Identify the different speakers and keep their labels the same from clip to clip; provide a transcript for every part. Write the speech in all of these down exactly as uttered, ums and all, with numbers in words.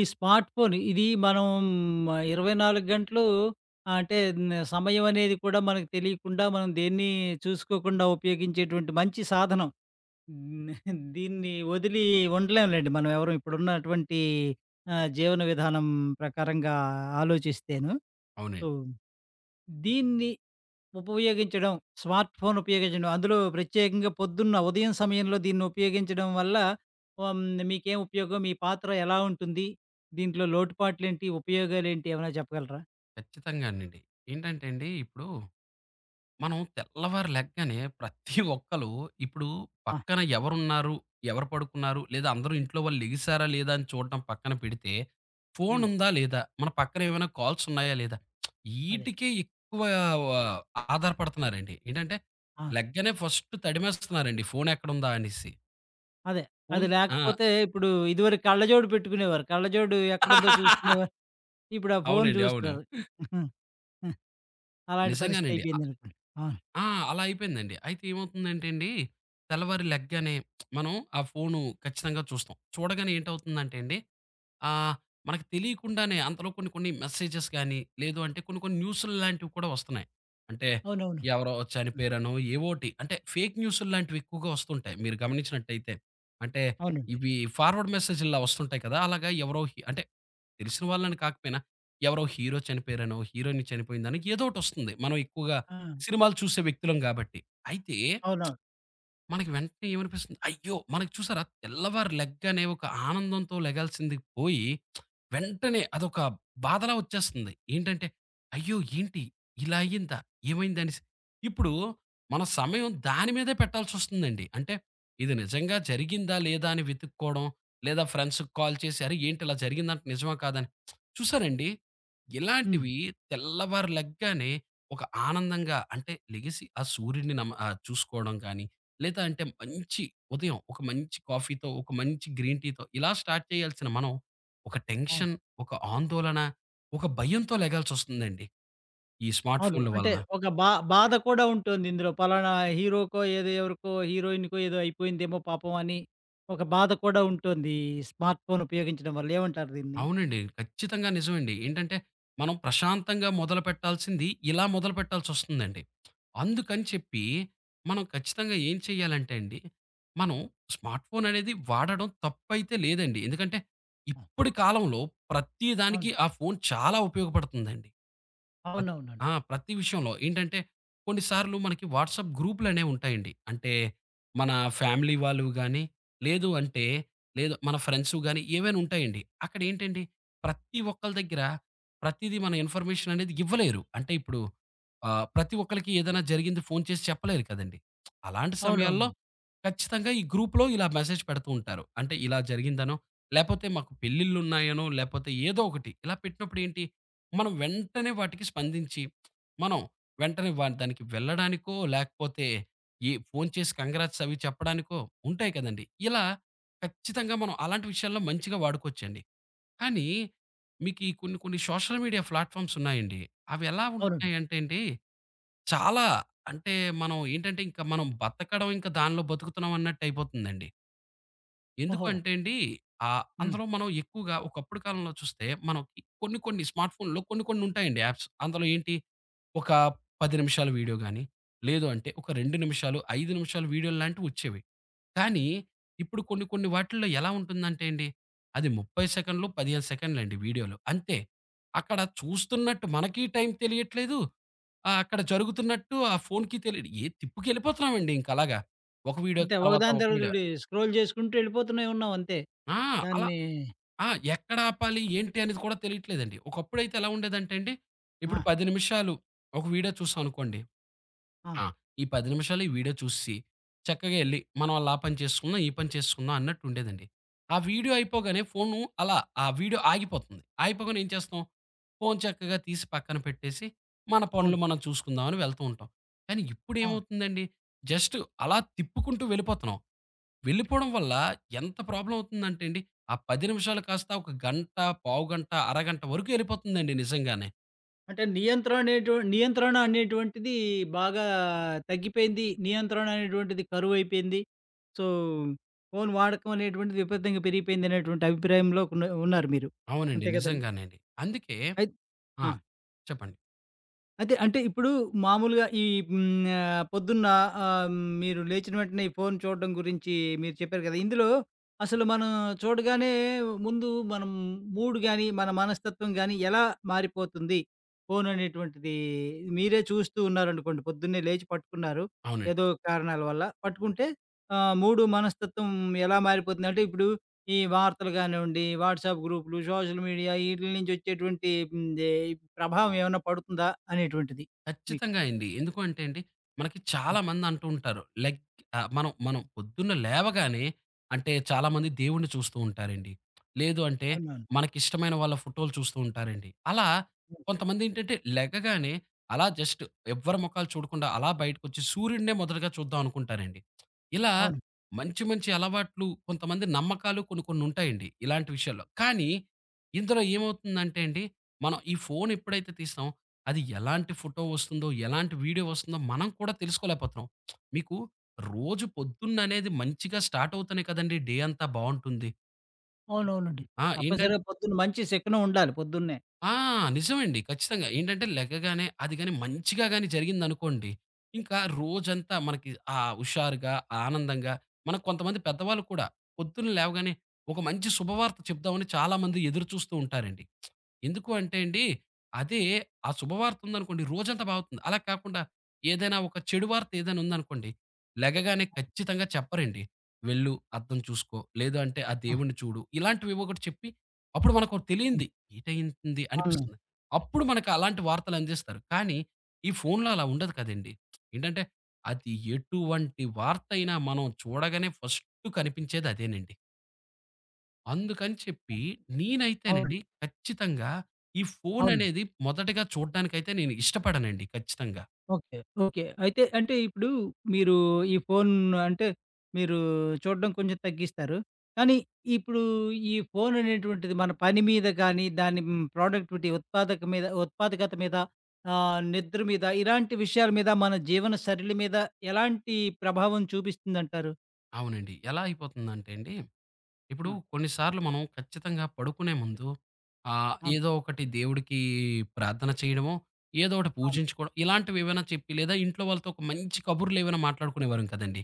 Speaker 1: ఈ smart phone ఇది మనం ఇరవై నాలుగు గంటలు ఆహ్, అంటే న్ సమయం అనేది కూడా మనకు తెలియకుండా మనం దేన్ని చూసుకోకుండా ఉపయోగించేటువంటి మంచి సాధనం. హ్మ్. దీన్ని వదిలి ఉండలేంలెండి మనం ఎవరు ఇప్పుడున్నటువంటి ఆహ్, జీవన విధానం ప్రకారంగా ఆలోచిస్తేను. సో,
Speaker 2: అవునండి.
Speaker 1: దీన్ని ఉపయోగించడం, స్మార్ట్ ఫోన్ ఉపయోగించడం. అందులో ప్రత్యేకంగా పొద్దున్న ఉదయం సమయంలో దీన్ని ఉపయోగించడం వల్ల ఆహ్, హ్మ్. మీకేం ఉపయోగం? మీ పాత్ర ఎలా ఉంటుంది? దీంట్లో లోటుపాట్లేంటి? ఉపయోగాలేంటి? ఏమైనా చెప్పగలరా?
Speaker 2: ఖచ్చితంగానండి. ఏంటంటే అండి, ఇప్పుడు మనం తెల్లవారు లెగ్గానే ప్రతి ఒక్కళు ఇప్పుడు
Speaker 1: ఆ!
Speaker 2: పక్కన ఎవరున్నారు, ఎవరు పడుకున్నారు, లేదా అందరూ ఇంట్లో వాళ్ళు లెగిసారా లేదా అని చూడడం పక్కన పెడితే,
Speaker 1: హ్మ్.
Speaker 2: ఫోనుందా లేదా, మన పక్కన ఏమైనా కాల్స్ ఉన్నాయా లేదా,
Speaker 1: అదే.
Speaker 2: ఈటికే ఎక్కువ ఆహ్, ఆధారపడుతున్నారండి. ఏంటంటే
Speaker 1: ఆ!
Speaker 2: లెగ్గానే ఫస్ట్ తడిమేస్తున్నారండి ఫోనెక్కడుందా అనేసి.
Speaker 1: అదే. అది
Speaker 2: ఫోన్ ఆ!
Speaker 1: లేకపోతే ఇప్పుడు ఇదివరకు కళ్ళజోడు పెట్టుకునేవారు. కళ్ళజోడు ఎక్కడుందో చూసుకునేవారు. ఇప్పుడు ఆ ఫోను
Speaker 2: అవునండి. అవును.
Speaker 1: చూస్తున్నారు. అలాంటి పరిస్థితి
Speaker 2: నిజంగానండి.
Speaker 1: అయిపోయిందనుకోండి. అవును.
Speaker 2: ఆ! అలా అయిపోయిందండి. అయితే ఏమవుతుందంటే అండి, తెల్లవారి లెగ్గానే మనం ఆ ఫోను ఖచ్చితంగా చూస్తాం. చూడగానే ఏంటవుతుందంటే అండి ఆహ్, మనకు తెలియకుండానే అంతలో కొన్ని కొన్ని మెసేజెస్ గాని, లేదు అంటే కొన్ని కొన్ని న్యూసులు లాంటివి కూడా వస్తున్నాయి. అంటే
Speaker 1: అవునవును.
Speaker 2: ఎవరో చనిపోయారనో ఏవోటి అంటే ఫేక్ న్యూసులు లాంటివి ఎక్కువగా వస్తుంటాయి. మీరు గమనించినట్టయితే. అంటే
Speaker 1: అవునండి.
Speaker 2: ఇవి ఫార్వర్డ్ మెసేజ్‌ల్లా వస్తుంటాయి కదా! అలాగా ఎవరో హి అంటే తెలిసిన వాళ్ళని కాకపోయినా ఎవరో హీరో చనిపోయారనో, హీరోయిన్ చనిపోయిందనో ఏదోకటి వస్తుంది. మనం ఎక్కువగా
Speaker 1: ఆ!
Speaker 2: సినిమాలు చూసే వ్యక్తులం కాబట్టి. అయితే
Speaker 1: అవునవును.
Speaker 2: మనకి వెంటనే ఏమనిపిస్తుంది? అయ్యో! మనకి చూసారా తెల్లవారి లెగ్గానే ఒక ఆనందంతో లెగాల్సింది పోయి, వెంటనే అదొక బాధలా వచ్చేస్తుంది. ఏంటంటే, అయ్యో! ఏంటి ఇలా అయ్యిందా? ఏమైందనేసి. ఇప్పుడు మన సమయం దాని మీదే పెట్టాల్సొస్తుందండి. అంటే ఇది నిజంగా జరిగిందా? లేదా? అని వెతుక్కోవడం, లేదా ఫ్రెండ్స్‌కి కాల్ చేసి అరే! ఏంటి ఇలా జరిగిందంట నిజమా? కాదని. చూసారండి?
Speaker 1: హ్మ్.
Speaker 2: ఇలాంటివి తెల్లవారి లెగ్గానే ఒక ఆనందంగా అంటే లెగిసి ఆ సూర్యుడిని నమ ఆహ్, చూసుకోవడం గాని, లేదా అంటే మంచి ఉదయం ఒక మంచి కాఫీతో, ఒక మంచి గ్రీన్ టీతో ఇలా స్టార్ట్ చేయాల్సిన మనం, ఒక
Speaker 1: అవును.
Speaker 2: టెన్షన్, ఒక ఆందోళన, ఒక భయంతో లెగాల్సొస్తుందండి. ఈ స్మార్ట్
Speaker 1: అవును.
Speaker 2: ఫోన్‌ల
Speaker 1: అంటే
Speaker 2: వల్ల.
Speaker 1: ఒక బా బాధ కూడా ఉంటుంది ఇందులో. పలానా హీరోకో, ఏదో ఎవరికో హీరోయిన్‌కో ఏదో అయిపోయిందేమో పాపం అని ఒక బాధ కూడా ఉంటుంది. స్మార్ట్ ఫోన్ ఉపయోగించడం వల్ల. ఏమంటారు దీన్ని?
Speaker 2: అవునండి. ఖచ్చితంగా నిజమండి. ఏంటంటే, మనం ప్రశాంతంగా మొదలుపెట్టాల్సింది ఇలా మొదలుపెట్టాల్సొస్తుందండి. అందుకని చెప్పి మనం ఖచ్చితంగా ఏం చేయాలంటే అండి, మనం స్మార్ట్ ఫోన్ అనేది వాడడం తప్పైతే లేదండి. ఎందుకంటే,
Speaker 1: ఆ!
Speaker 2: ఇప్పటి కాలంలో ప్రతి దానికి
Speaker 1: అవును.
Speaker 2: ఆ ఫోన్ చాలా ఉపయోగపడుతుందండి. ప్రత్
Speaker 1: అవునవునండి.
Speaker 2: ఆ! ప్రతి విషయంలో. ఏంటంటే కొన్నిసార్లు మనకి వాట్సాప్ గ్రూపులనేవి ఉంటాయండి. అంటే మన ఫ్యామిలీ వాళ్ళు గాని, లేదు అంటే లేదు మన ఫ్రెండ్స్ గాని ఏవైనా ఉంటాయండి. అక్కడ ఏంటండి ప్రతి ఒక్కళ్ళ దగ్గర ప్రతీదీ మన ఇన్ఫర్మేషన్ అనేది ఇవ్వలేరు. అంటే ఇప్పుడు ఆహ్, ప్రతి ఒక్కళ్ళకి ఏదైనా జరిగింది ఫోను చేసి చెప్పలేరు కదండీ! అలాంటి సమయాల్లో
Speaker 1: అవునవును.
Speaker 2: ఖచ్చితంగా ఈ గ్రూప్‌లో ఇలా మెసేజ్ పెడుతూ ఉంటారు. అంటే ఇలా జరిగిందనో, లేపోతే మాకు పెళ్ళిళ్ళున్నాయనో, లేపోతే ఏదో ఒకటి ఇలా పెట్టినప్పుడు ఏంటి మనం వెంటనే వాటికి స్పందించి, మనం వెంటనే వ దానికి వెళ్ళడానికో, లేకపోతే ఈ ఫోను చేసి కంగ్రాట్స్ అవి చెప్పడానికో ఉంటాయి కదండీ! ఇలా ఖచ్చితంగా మనం అలాంటి విషయాల్లో మంచిగా వాడుకోవచ్చండి. కానీ మీకీ కొన్ని కొన్ని సోషల్ మీడియా ప్లాట్‌ఫార్మ్స్ ఉన్నాయండి. అవి ఎలా
Speaker 1: అవునండి.
Speaker 2: ఉంటున్నాయంటే అండి, చాలా అంటే మనం ఏంటంటే, ఇంక మనం బతకడం ఇంక దానిలో బతుకుతున్నాం అన్నట్టయిపోతుందండి. ఎందుకు
Speaker 1: ఓహో!
Speaker 2: అంటే అండి, ఆహ్,
Speaker 1: హ్మ్.
Speaker 2: అందులో మనం ఎక్కువగా ఒకప్పుడు కాలంలో చూస్తే మనకి కొన్ని కొన్ని స్మార్ట్ ఫోన్‌లో కొన్ని కొన్ని ఉంటాయండి యాప్స్. అందులో ఏంటి ఒక పది నిమిషాల వీడియో గాని, లేదు అంటే ఒక రెండు నిమిషాలు, ఐదు నిమిషాలు వీడియోలు లాంటివి వచ్చేవి. కానీ ఇప్పుడు కొన్ని కొన్ని వాటిల్లో ఎలా ఉంటుందంటే అండి, అది ముప్పై సెకన్లు, పదిహేను సెకన్లండి వీడియోలు అంతే. అక్కడ చూస్తున్నట్టు మనకి టైం తెలియట్లేదు. ఆహ్, అక్కడ జరుగుతున్నట్టు ఆ ఫోన్‌కి తెలియదు. ఏ తిప్పుకెళ్ళిపోతున్నామండి ఇంకలాగా. ఒక వీడియో
Speaker 1: అంతే
Speaker 2: తర్వాత
Speaker 1: ఒకదాని
Speaker 2: ఒక
Speaker 1: తర్వాత
Speaker 2: వీడియో.
Speaker 1: ఒకటి స్క్రోల్ చేసుకుంటూ వెళ్ళిపోతూనే ఉన్నాం అంతే.
Speaker 2: ఆ! అలా
Speaker 1: దాన్ని
Speaker 2: ఆ! ఎక్కడ ఆపాలి? ఏంటి అనేది కూడా తెలియట్లేదండి. ఒకప్పుడైతే ఎలా ఉండేదంటే అండి, ఇప్పుడు
Speaker 1: ఆ!
Speaker 2: పది నిమిషాలు ఒక వీడియో చూసాం అనుకోండి.
Speaker 1: ఆ!
Speaker 2: ఆ! ఈ పది నిమిషాలు ఈ వీడియో చూసేసి, చక్కగా ఎళ్లి మనం ఆళ్ళ ఆ పని చేసుకుందాం, ఈ పని చేసుకుందాం అన్నట్టు ఉండేదండి. ఆ వీడియో అయిపోగానే ఫోను అలా ఆ వీడియో ఆగిపోతుంది. ఆగిపోగానే ఏం చేస్తాం? ఫోను చక్కగా తీసి పక్కన పెట్టేసి, మన పనులు
Speaker 1: అవును.
Speaker 2: మనం చూసుకుందాం అని వెళ్తూ ఉంటాం. కానీ
Speaker 1: అవును.
Speaker 2: ఇప్పుడేమవుతుందండి, జస్ట్ అలా తిప్పుకుంటూ వెళ్ళిపోతున్నాం. వెళ్ళిపోవడం వల్ల ఎంత ప్రాబ్లమ్ అవుతుందంటే అండి, ఆ పది నిమిషాలు కాస్త ఒక గంట, పావుగంట, అరగంట వరకు వెళ్ళిపోతుందండి నిజంగానే.
Speaker 1: అంటే నియంత్రణ అనేటు నియంత్రణ అనేటువంటిది బాగా తగ్గిపోయింది. నియంత్రణ అనేటువంటిది కరువైపోయింది. సో, ఫోను వాడకం అనేటువంటిది విపరీతంగా పెరిగిపోయిందనేటువంటి అభిప్రాయంలో ఉన్న ఉన్నారు మీరు.
Speaker 2: అవునండి.
Speaker 1: అంతే కదండీ!
Speaker 2: నిజంగానే అండి. అందుకే
Speaker 1: అయి
Speaker 2: ఆ!
Speaker 1: ఆ!
Speaker 2: చెప్పండి.
Speaker 1: అదే. అంటే ఇప్పుడు మామూలుగా ఈ హ్మ్. ఆహ్, పొద్దున్న ఆహ్, మీరు లేచిన వెంటనే ఈ ఫోను చూడడం గురించి మీరు చెప్పారు కదా! ఇందులో అసలు మనం చూడగానే ముందు మనం మూడ్ గాని, మన మనస్తత్వం గాని ఎలా మారిపోతుంది? ఫోను అనేటువంటిది మీరే చూస్తూ ఉన్నారనుకోండి. పొద్దున్నే లేచి పట్టుకున్నారు.
Speaker 2: అవునండి.
Speaker 1: ఏదో కారణాల వల్ల. పట్టుకుంటే ఆహ్, మూడు మనస్తత్వం ఎలా మారిపోతుంది? అంటే ఇప్పుడు ఈ వార్తలు కానివ్వండి, వాట్సాప్ గ్రూప్‌లు, సోషల్ మీడియా ఈటిల నుంచి వచ్చేటువంటి హ్మ్, దే ప్రభావం ఏమైనా పడుతుందా అనేటువంటిది మీకు?
Speaker 2: ఖచ్చితంగా అండి. ఎందుకు అంటే అండి, మనకి
Speaker 1: హ్మ్.
Speaker 2: చాలామంది అంటూ ఉంటారు. లైక్ ఆహ్, మనం మనం పొద్దున్న లేవగానే అంటే చాలామంది దేవుడిని చూస్తూ ఉంటారండి. లేదు అంటే
Speaker 1: అవునవును.
Speaker 2: మనకిష్టమైన వాళ్ళ ఫోటోలు చూస్తూ ఉంటారండి. అలా
Speaker 1: హ్మ్.
Speaker 2: కొంతమందేంటంటే లెగగానే అలా జస్ట్ ఎవ్వరి మొఖాలు చూడకుండా అలా బయటకొచ్చి సూర్యుడినే మొదటగా చూద్దాం అనుకుంటారండి. ఇలా
Speaker 1: అవును.
Speaker 2: మంచి మంచి అలవాట్లు, కొంతమంది నమ్మకాలు కొన్ని కొన్ని ఉంటాయండి ఇలాంటి విషయాల్లో. కానీ ఇందులో ఏమవుతుందంటే అండి, మనం ఈ ఫోను ఎప్పుడైతే తీస్తామో అది ఎలాంటి ఫోటో వస్తుందో, ఎలాంటి వీడియో వస్తుందో మనం కూడా తెలుసుకోలేకపోతున్నాం. మీకు రోజు పొద్దున్ననేది మంచిగా స్టార్ట్ అవుతేనే కదండీ డే అంతా బావుంటుంది.
Speaker 1: అవునవునండి.
Speaker 2: ఆ! ఏంటం
Speaker 1: తప్పనిసరిగా పొద్దున్న మంచి శకునం ఉండాలి పొద్దున్నే.
Speaker 2: ఆ! నిజమండి. ఖచ్చితంగా. ఏంటంటే లెగగానే అది గాని మంచిగా గాని జరిగిందనుకోండి, ఇంకా రోజంతా మనకి ఆహ్, హుషారుగా, ఆనందంగా మనకు కొంతమంది పెద్దవాళ్ళు కూడా పొద్దున్న లేవగానే ఒక మంచి శుభవార్త చెప్దామని చాలామంది ఎదురు చూస్తూ ఉంటారండి. ఎందుకు అంటే అండి, అదే ఆ శుభవార్త ఉందనుకోండి రోజంతా బావుతుంది. అలా కాకుండా ఏదైనా ఒక చెడు వార్త ఏదైనా ఉందనుకోండి, లెగగానే ఖచ్చితంగా చెప్పరండి. "వెళ్ళు, అద్దం చూసుకో, లేదు అంటే ఆ
Speaker 1: ఆ!
Speaker 2: దేవుడిని చూడు" ఇలాంటివేవో ఒకటి చెప్పి అప్పుడు మనకు
Speaker 1: అవును.
Speaker 2: తెలియంది. ఏటయింది అనిపిస్తుంది. అప్పుడు మనకు అలాంటి వార్తలు అందిస్తారు. కానీ ఈ ఫోన్‌లో అలా ఉండదు కదండీ. ఏంటంటే అది ఎటువంటి వార్త అయినా మనం చూడగానే ఫస్ట్ కనిపించేది అదేనండి. అందుకని చెప్పి
Speaker 1: అవును.
Speaker 2: నేనైతేనండి ఖచ్చితంగా ఈ ఫోన్
Speaker 1: అవును.
Speaker 2: అనేది మొదటగా చూడడానికైతే నేను ఇష్టపడనండి ఖచ్చితంగా.
Speaker 1: ఓకే. ఓకే. అయితే అంటే ఇప్పుడు మీరు ఈ ఫోన్ అంటే మీరు చూడడం కొంచెం తగ్గిస్తారు. కానీ ఇప్పుడు ఈ ఫోన్ అనేటువంటిది మన పని మీద కానీ, దాని హ్మ్, ప్రొడక్టివిటీ ఉత్పాదక మీద ఉత్పాదకత మీద ఆహ్, నిద్ర మీద ఇలాంటి విషయాల మీద మన జీవన శైలి మీద ఎలాంటి ప్రభావం చూపిస్తుందంటారు?
Speaker 2: అవునండి. ఎలా అయిపోతుందంటే అండి ఇప్పుడు
Speaker 1: ఆ!
Speaker 2: కొన్నిసార్లు మనం ఖచ్చితంగా పడుకునే ముందు ఆహ్,
Speaker 1: అవును.
Speaker 2: ఏదో ఒకటి దేవుడికి ప్రార్థన చేయడమో, ఏదో ఒకటి
Speaker 1: అవును.
Speaker 2: పూజించుకోవడం ఇలాంటివి ఏవైనా చెప్పి లేదా ఇంట్లో వాళ్ళతో ఒక మంచి కబుర్లు ఏవైనా మాట్లాడుకునేవారం కదండీ!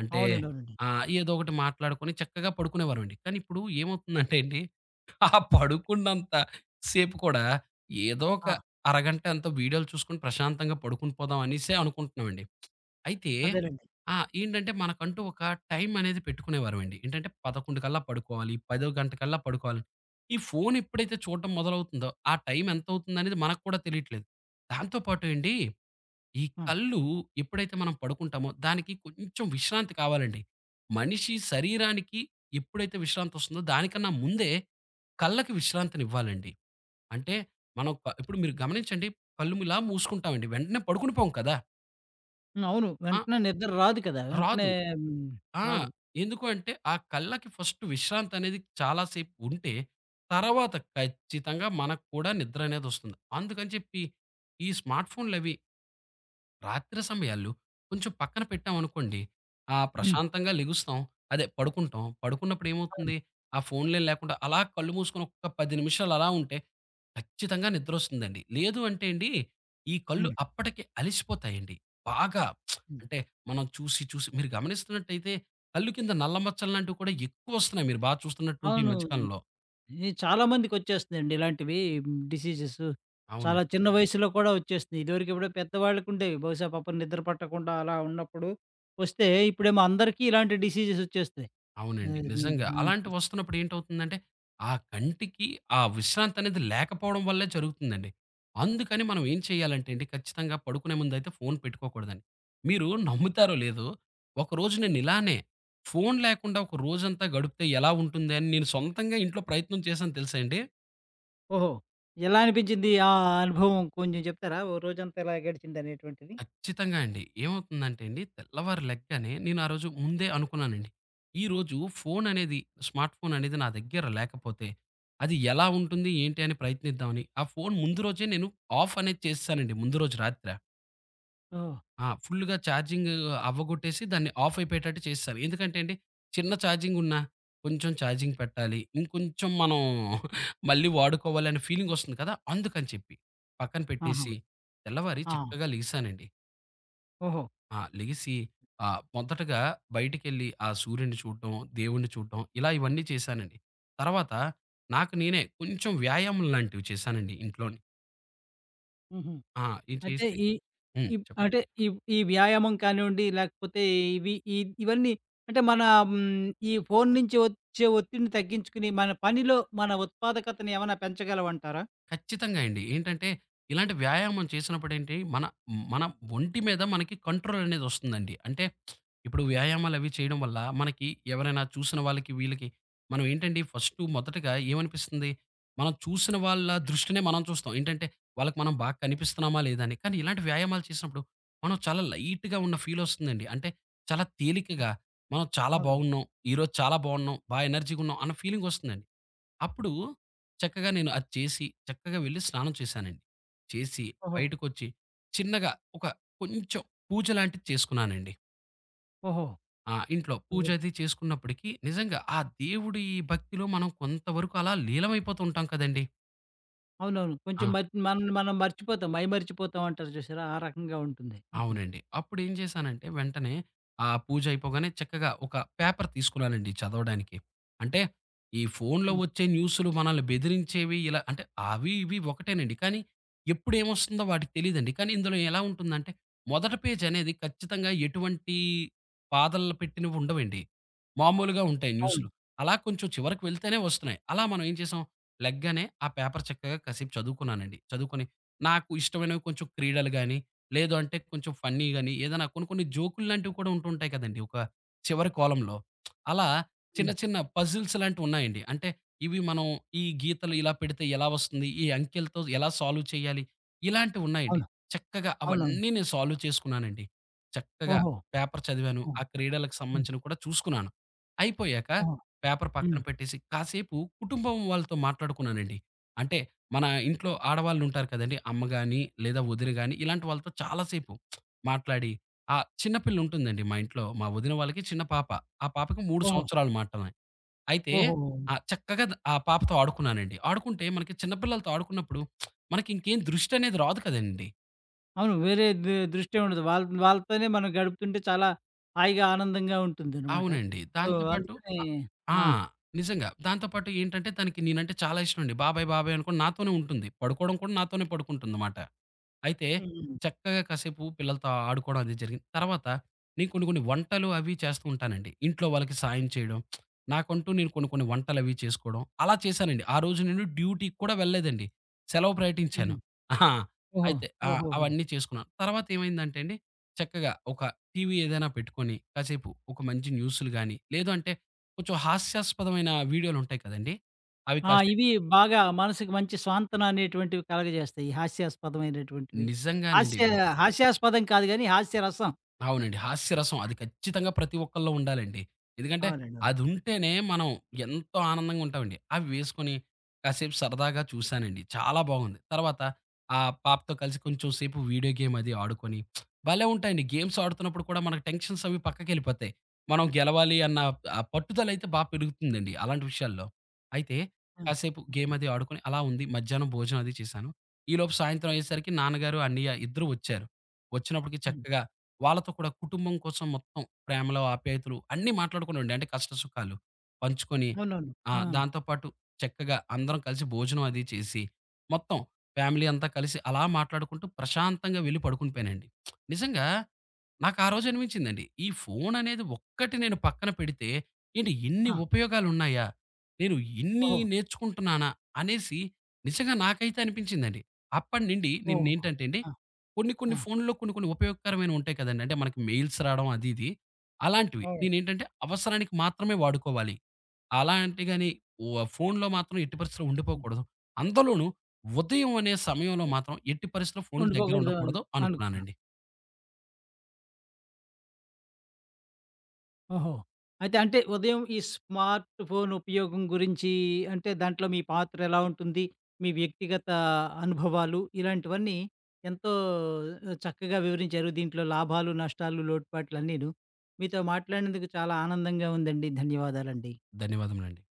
Speaker 2: అంటే
Speaker 1: అవునండి. అవునండి.
Speaker 2: ఆ! ఏదో ఒకటి మాట్లాడుకొని చక్కగా పడుకునేవారమండి. కానీ ఇప్పుడు ఏమవుతుందంటే అండి ఆ పడుకున్నంత సేపు కూడా ఏదో ఒక
Speaker 1: ఆ!
Speaker 2: అరగంట ఎంతో వీడియోలు చూసుకొని ప్రశాంతంగా పడుకుని పోదాం అనేసే అనుకుంటున్నామండి. అయితే
Speaker 1: అదేనండి.
Speaker 2: ఆ! ఏంటంటే మనకంటూ ఒక టైం అనేది పెట్టుకునేవారమండి. ఏంటంటే పదకొండు కల్లా పడుకోవాలి, పది గంటకల్లా పడుకోవాలి. ఈ ఫోను ఎప్పుడైతే చూడడం మొదలవుతుందో ఆ టైం ఎంతవుతుందనేది మనకు కూడా తెలియట్లేదు. దాంతో పాటు అండి ఈ
Speaker 1: ఆ!
Speaker 2: కళ్ళు ఎప్పుడైతే మనం పడుకుంటామో దానికి కొంచెం విశ్రాంతి కావాలండి. మనిషి శరీరానికి ఎప్పుడైతే విశ్రాంతి వస్తుందో దానికన్నా ముందే కళ్ళకి విశ్రాంతినివ్వాలండి. అంటే మనం క ఇప్పుడు మీరు గమనించండి కళ్ళు ఇలా మూసుకుంటామండి. వెంటనే పడుకుని పోము కదా!
Speaker 1: హ్మ్. అవును.
Speaker 2: ఆ!
Speaker 1: వెంటనే నిద్ర రాదు కదా! వెంటనే
Speaker 2: రాదు.
Speaker 1: హ్మ్,
Speaker 2: ఆ!
Speaker 1: రాదు.
Speaker 2: ఎందుకు అంటే ఆ కళ్ళకి ఫస్ట్ విశ్రాంతి అనేది చాలా సేపు ఉంటే తర్వాత ఖచ్చితంగా మనకు కూడా నిద్ర అనేది వస్తుంది. అందుకని చెప్పి ఈ స్మార్ట్ ఫోన్‌లవి రాత్రి సమయాల్లో కొంచెం పక్కన పెట్టామనుకోండి, ఆ!
Speaker 1: హ్మ్.
Speaker 2: ప్రశాంతంగా లెగుస్తాం. అదే పడుకుంటాం. పడుకున్నప్పుడు
Speaker 1: అవును.
Speaker 2: ఏమవుతుంది, ఆ ఫోన్‌లే లేకుండా అలా కళ్ళు మూసుకొని ఒక్క పది నిమిషాలు అలా ఉంటే ఖచ్చితంగా నిద్రొస్తుందండి. లేదు అంటే అండి, ఈ కళ్ళు
Speaker 1: హ్మ్.
Speaker 2: అప్పటికే అలిసిపోతాయండి. బాగా
Speaker 1: హ్మ్.
Speaker 2: అంటే మనం చూసి, చూసి మీరు గమనిస్తున్నట్టయితే కళ్ళు కింద నల్ల మచ్చలు లాంటివి కూడా ఎక్కువొస్తున్నాయి. మీరు బాగా చూస్తున్నట్టుంటే ఈ
Speaker 1: అవును.
Speaker 2: మధ్య కాలంలో.
Speaker 1: ఇది చాలా మందికొచ్చేస్తుందండి ఇలాంటివి డిసీజెస్. చాలా
Speaker 2: అవునండి.
Speaker 1: చిన్న వయసులో కూడా వచ్చేస్తున్నాయి. ఇదివరకు ఎప్పుడో పెద్దవాళ్ళకుండేవి. బహుశా పాపం నిద్ర పట్టకుండా అలా ఉన్నప్పుడు వస్తే, ఇప్పుడేమో అందరికీ ఇలాంటి డిసీజెస్ వచ్చేస్తున్నాయి.
Speaker 2: అవునండి.
Speaker 1: ఆహ్, హ్మ్.
Speaker 2: నిజంగా.
Speaker 1: మనం
Speaker 2: అలాంటివి
Speaker 1: చూస్
Speaker 2: వస్తున్నప్పుడు ఏంటవుతుందంటే, ఆ కంటికి ఆ విశ్రాంతి అనేది లేకపోవడం వల్లే జరుగుతుందండి. అందుకని మనం ఏం చేయాలంటే అండి, ఖచ్చితంగా పడుకునే ముందైతే ఫోను పెట్టుకోకూడదండి. మీరు నమ్ముతారో లేదో, ఒకరోజు నేను
Speaker 1: హ్మ్.
Speaker 2: ఇలానే ఫోను లేకుండా ఒక రోజంతా గడిపితే ఎలా ఉంటుంది అని నేను సొంతంగా ఇంట్లో ప్రయత్నం చేశాను తెలుసా అండి?
Speaker 1: ఓహో! ఎలా అనిపించింది ఆ అనుభవం కొంచెం చెప్తారా? ఓ రోజంతా ఎలా గడిచిందనేటువంటిది?
Speaker 2: ఖచ్చితంగా అండి. ఏమవుతుందంటే అండి, తెల్లవారు లెగ్గానే నేను ఆ రోజు ముందే అనుకున్నానండి. ఈరోజు ఫోను అనేది, స్మార్ట్ ఫోన్ అనేది నా దగ్గర లేకపోతే, అది ఎలా ఉంటుంది, ఏంటి అని ప్రయత్నిద్దామని, ఆ ఫోను ముందు రోజే నేను ఆఫ్ అనేది చేసేసానండి. ముందు రోజు రాత్ర.
Speaker 1: ఓహ్!
Speaker 2: ఆ! ఫుల్లుగా ఛార్జింగ్ అవ్వగొట్టేసి దాన్ని ఆఫ్ అయిపోయేటట్టు చేసేసాను. ఎందుకంటే అండి, చిన్న ఛార్జింగ్ ఉన్నా, కొంచెం ఛార్జింగ్ పెట్టాలి. ఇంకొంచెం మనం మళ్ళీ వాడుకోవాలి అనే ఫీలింగొస్తుంది కదా! అందుకని చెప్పి పక్కన
Speaker 1: ఆహా!
Speaker 2: పెట్టేసి, తెల్లవారి
Speaker 1: ఆ!
Speaker 2: చక్కగా లెగిసానండి.
Speaker 1: ఓహో!
Speaker 2: ఆ! లెగిసి ఆహ్, మొదటగా బయటికెళ్ళి ఆ సూర్యుడిని చూడటం, దేవుడిని చూడటం ఇలా ఇవన్నీ చేశానండి. తర్వాత నాకు నేనే కొంచెం వ్యాయామం లాంటివి చేశానండి ఇంట్లోని.
Speaker 1: హుహు.
Speaker 2: ఆ! ఇది
Speaker 1: అయితే
Speaker 2: చేసి
Speaker 1: ఈ
Speaker 2: హ్మ్.
Speaker 1: ఇప్
Speaker 2: చెప్పండి.
Speaker 1: అంటే ఈ ఈ వ్యాయామం కానివ్వండి, లేకపోతే ఇవి ఇ ఇవన్నీ అంటే మన హ్మ్, ఈ ఫోను నుంచి వచ్చే ఒత్తిడిని తగ్గించుకుని, మన పనిలో మన ఉత్పాదకతను ఏమైనా పెంచగలవంటారా?
Speaker 2: ఖచ్చితంగా అండి. ఏంటంటే, ఇలాంటి వ్యాయామం చేసినప్పుడేంటి, మన మన ఒంటి మీద మనకి కంట్రోల్ అనేది ఒస్తుందండి. అంటే, ఇప్పుడు
Speaker 1: హ్మ్.
Speaker 2: వ్యాయామాలవి చేయడం వల్ల మనకి ఎవరైనా చూసిన వాళ్ళకి, వీళ్ళకి మనం ఏంటండి ఫస్టు మొదటగా ఏమనిపిస్తుంది, మనం చూసిన వాళ్ళ దృష్టినే మనం చూస్తాం. ఏంటంటే, వాళ్ళకి మనం బాగా
Speaker 1: హ్మ్.
Speaker 2: కనిపిస్తున్నామా, లేదా అని. కానీ ఇలాంటి వ్యాయామాలు చేసినప్పుడు, మనం చాలా లైట్‌గా ఉన్న ఫీలొస్తుందండి. అంటే, చాలా
Speaker 1: అ!
Speaker 2: తేలికగా మనం చాలా
Speaker 1: అవునవును.
Speaker 2: బాగున్నాం, ఈరోజు చాలా బాగున్నాం, బా ఎనర్జీగున్నాం అన్న ఫీలింగొస్తుందండి. అప్పుడు చక్కగా నేను అది చేసి, చక్కగా వెళ్లి స్నానం చేశానండి. చేసి
Speaker 1: ఓహో!
Speaker 2: బయటకొచ్చి చిన్నగా ఒక కొంచెం పూజ లాంటిది చేసుకున్నానండి.
Speaker 1: ఓహో!
Speaker 2: ఆ! ఇంట్లో పూజ
Speaker 1: అదే.
Speaker 2: అది చేసుకున్నప్పటికి నిజంగా ఆ దేవుడి భక్తిలో మనం కొంతవరకు అలా లీలమైపోతూ ఉంటాం కదండీ!
Speaker 1: అవునవును. కొంచెం
Speaker 2: ఆ!
Speaker 1: మర్ మనల్ని మనం మర్చిపోతాం. మైమరిచిపోతాం అంటారు చూసారా? ఆ రకంగా ఉంటుంది అప్పుడు.
Speaker 2: అవునండి. అప్పుడేం చేశానంటే వెంటనే ఆ పూజ అయిపోగానే చక్కగా ఒక పేపర్ తీసుకున్నానండి చదవడానికి. అంటే ఈ ఫోన్‌లో
Speaker 1: హ్మ్.
Speaker 2: వచ్చే న్యూస్‌లు మనల్ని బెదిరించేవి ఇలా అంటే అవి ఇవి ఒకటేనండి. కానీ ఎప్పుడేమొస్తుందో వాటికి తెలీదండి. కానీ ఇందులో ఎలా ఉంటుందంటే మొదటి పేజ్ అనేది ఖచ్చితంగా ఎటువంటి పాదలు పెట్టినవి ఉండవండి. మామూలుగా ఉంటాయి
Speaker 1: అవును.
Speaker 2: న్యూస్‌లు. అలా కొంచెం చివరకు వెళ్తేనే వస్తున్నాయి. అలా మనం ఏం చేసాం లెగ్గానే ఆ పేపర్ చక్కగా కాసేపు చదువుకున్నానండి. చదువుకొని నాకు ఇష్టమైనవి కొంచెం క్రీడలు గాని లేదు అంటే కొంచెం ఫన్నీ గాని, ఏదైనా కొన్ని కొన్ని జోకులు లాంటివి కూడా ఉంటుంటాయి కదండీ! ఒక చివరి కాలమ్‌లో. అలా చిన్న
Speaker 1: హ్మ్.
Speaker 2: చిన్న పజిల్స్ లాంటివున్నాయండి. అంటే ఇవి మనం ఈ గీతలు ఇలా పెడితే ఎలా వస్తుంది? ఈ అంకెలతో ఎలా సాల్వ్ చేయాలి? ఇలాంటివున్నాయండి.
Speaker 1: అవును.
Speaker 2: చక్కగా
Speaker 1: అవునవును.
Speaker 2: అవన్నీ నేను సాల్వ్ చేసుకున్నానండి. చక్కగా
Speaker 1: ఓహో!
Speaker 2: పేపర్ చదివాను.
Speaker 1: ఓహ్!
Speaker 2: ఆ క్రీడలకు
Speaker 1: హ్మ్.
Speaker 2: సంబంధించినవి కూడా చూసుకున్నాను. అయిపోయాక
Speaker 1: ఓహో!
Speaker 2: పేపర్ పక్కన
Speaker 1: హ్మ్.
Speaker 2: పెట్టేసి కాసేపు కుటుంబం వాళ్ళతో మాట్లాడుకున్నానండి. అంటే మన ఇంట్లో ఆడవాళ్ళుంటారు కదండీ! అమ్మ గాని, లేదా వదిన గాని ఇలాంటి వాళ్ళతో చాలా సేపు మాట్లాడి ఆ చిన్న పిల్లుంటుందండి మా ఇంట్లో. మా వదిన వాళ్ళకి చిన్న పాప. ఆ పాపకి మూడు
Speaker 1: ఓహో!
Speaker 2: సంవత్సరాలు మాత్రమే. అయితే
Speaker 1: ఓహోహో!
Speaker 2: ఆ చక్కగా ద ఆ పాపతో ఆడుకున్నానండి. ఆడుకుంటే మనకి చిన్న పిల్లలతో ఆడుకున్నప్పుడు మనకింకేం దృష్టనేది రాదు కదండీ!
Speaker 1: అవును. వేరే దు దృష్టి ఉండదు. వాళ్ళ్ వాళ్ళతోనే మనం గడుపుతుంటే చాలా హాయిగా, ఆనందంగా ఉంటుందనమాట.
Speaker 2: అవునండి.
Speaker 1: సో,
Speaker 2: దాంతో
Speaker 1: అయి
Speaker 2: పాటు
Speaker 1: అందుకని
Speaker 2: అ ఆ!
Speaker 1: ఆ!
Speaker 2: నిజంగా. దాంతో పాటు ఏంటంటే తనకి నేనంటే చాలా ఇష్టమండి. బాబాయ్, బాబాయ్ అనుకోని నాతోనే ఉంటుంది. పడుకోవడం కూడా నాతోనే పడుకుంటుందమాట. అయితే
Speaker 1: హ్మ్. హ్మ్.
Speaker 2: చక్కగా కాసేపు పిల్లలతో ఆడుకోవడం అది జరిగింది. తర్వాత నేను కొన్ని కొన్ని వంటలు అవి చేస్తూ ఉంటానండి. ఇంట్లో వాళ్ళకి సాయం చేయడం, నాకంటూ నేను కొన్ని కొన్ని వంటలవి చేసుకోవడం అలా చేశానండి. ఆ రోజు నేను డ్యూటీకి కూడా వెళ్ళలేదండి. సెలవు ప్రకటించాను.
Speaker 1: హుహు.
Speaker 2: ఆ!
Speaker 1: ఓహో!
Speaker 2: అయితే ఆ!
Speaker 1: ఓహోహో!
Speaker 2: అవన్నీ చేసుకున్నాను. తర్వాత ఏమైందంటే అండి చక్కగా ఒక టీవీ ఏదైనా పెట్టుకొని కాసేపు ఒక మంచి న్యూస్‌లు గాని, లేదు అంటే కొంచెం హాస్యాస్పదమైన వీడియోలుంటాయి కదండీ! అవి
Speaker 1: ఆ!
Speaker 2: కాసే
Speaker 1: ఇవి బాగా మనసుకి మంచి స్వాంతన అనేటువంటివి కలగజేస్తాయి. ఈ హాస్యాస్పదమైనటువంటివి.
Speaker 2: నిజంగానండి
Speaker 1: హాస్య
Speaker 2: బాబు.
Speaker 1: హాస్యాస్పదం కాదు గానీ, హాస్యరసం.
Speaker 2: అవునండి. హాస్యరసం అది ఖచ్చితంగా ప్రతి ఒక్కళ్ళలో ఉండాలండి. ఎందుకంటే
Speaker 1: అవునండి. అవును.
Speaker 2: అదుంటేనే మనం ఎంతో ఆనందంగా ఉంటామండి. అవి వేసుకొని కాసేపు సరదాగా చూశానండి. చాలా బాగుంది. తర్వాత ఆ పాపతో కలిసి కొంచెం సేపు వీడియో గేమ్ అది ఆడుకొని భలే ఉంటాయండి. గేమ్స్ ఆడుతున్నప్పుడు కూడా మనకు టెన్షన్స్ అవి పక్కకెళ్ళిపోతాయి. మనం గెలవాలి అన్న ఆ పట్టుదలైతే బా పెరుగుతుందండి అలాంటి విషయాల్లో. అయితే
Speaker 1: ఆ!
Speaker 2: కాసేపు గేమ్
Speaker 1: హ్మ్.
Speaker 2: అది ఆడుకొని అలా ఉంది. మధ్యాహ్నం భోజనం అది చేశాను. ఈలోపు సాయంత్రం అయ్యేసరికి నాన్నగారు, అన్నయ్య ఇద్దరూ వచ్చారు. వచ్చినప్పటికి
Speaker 1: హ్మ్.
Speaker 2: చక్కగా వాళ్ళతో కూడా కుటుంబం కోసం మొత్తం ప్రేమలు, ఆప్యాయతలు అన్నీ మాట్లాడుకునేవాడిని. అంటే కష్ట సుఖాలు పంచుకొని
Speaker 1: అవునవును.
Speaker 2: ఆ!
Speaker 1: ఆ!
Speaker 2: దాంతో పాటు చక్కగా అందరం కలిసి భోజనం అది చేసి, మొత్తం ఫ్యామిలీ అంతా కలిసి అలా మాట్లాడుకుంటూ ప్రశాంతంగా వెళ్లి పడుకునిపోయానండి. నిజంగా నాకు ఆ రోజు అనిపించిందండి. ఈ ఫోను అనేది ఒక్కటి నేను పక్కన పెడితే ఏంటి ఇన్ని
Speaker 1: ఆ!
Speaker 2: ఉపయోగాలున్నాయా? నేను ఇన్ని
Speaker 1: ఓహో!
Speaker 2: నేర్చుకుంటున్నానా? అనేసి నిజంగా నాకైతే అనిపించిందండి. అప్పటినుండి
Speaker 1: ఓహో!
Speaker 2: నేనేంటంటే అండి
Speaker 1: ఆ!
Speaker 2: కొన్ని కొన్ని
Speaker 1: ఆ!
Speaker 2: ఫోన్‌లో కొన్ని కొన్ని ఉపయోగకరమైనవి ఉంటాయి కదండీ! అంటే మనకి మెయిల్స్ రావడం అది ఇది. అలాంటివి
Speaker 1: అవును.
Speaker 2: నేనేంటంటే అవసరానికి మాత్రమే వాడుకోవాలి. అలాంటి గాని వ ఫోన్‌లో మాత్రం ఎట్టి పరిస్థితిలో
Speaker 1: హ్మ్.
Speaker 2: ఉండిపోకూడదు. అందులోనూ ఉదయం అనే సమయంలో
Speaker 1: ఎ
Speaker 2: మాత్రం ఎట్టి పరిస్థితిలో ఫోన్‌కి దగ్గర
Speaker 1: ఉండిపోకూడదు అని
Speaker 2: ఉండకూడదు
Speaker 1: అనుకున్నా.
Speaker 2: అనుకున్నానండి.
Speaker 1: ఓహో! అయితే అంటే ఉదయం ఈ స్మార్ట్ ఫోన్ ఉపయోగం గురించి అంటే దాంట్లో మీ పాత్ర ఎలా ఉంటుంది? మీ వ్యక్తిగత అనుభవాలు ఇలాంటివన్నీ ఎంతో చక్కగా వివరించారు. దీంట్లో లాభాలు, నష్టాలు, లోటుపాట్లు అన్నీను. మీతో మాట్లాడినందుకు చాలా ఆనందంగా ఉందండి. ధన్యవాదాలండి.
Speaker 2: ధన్యవాదములండి.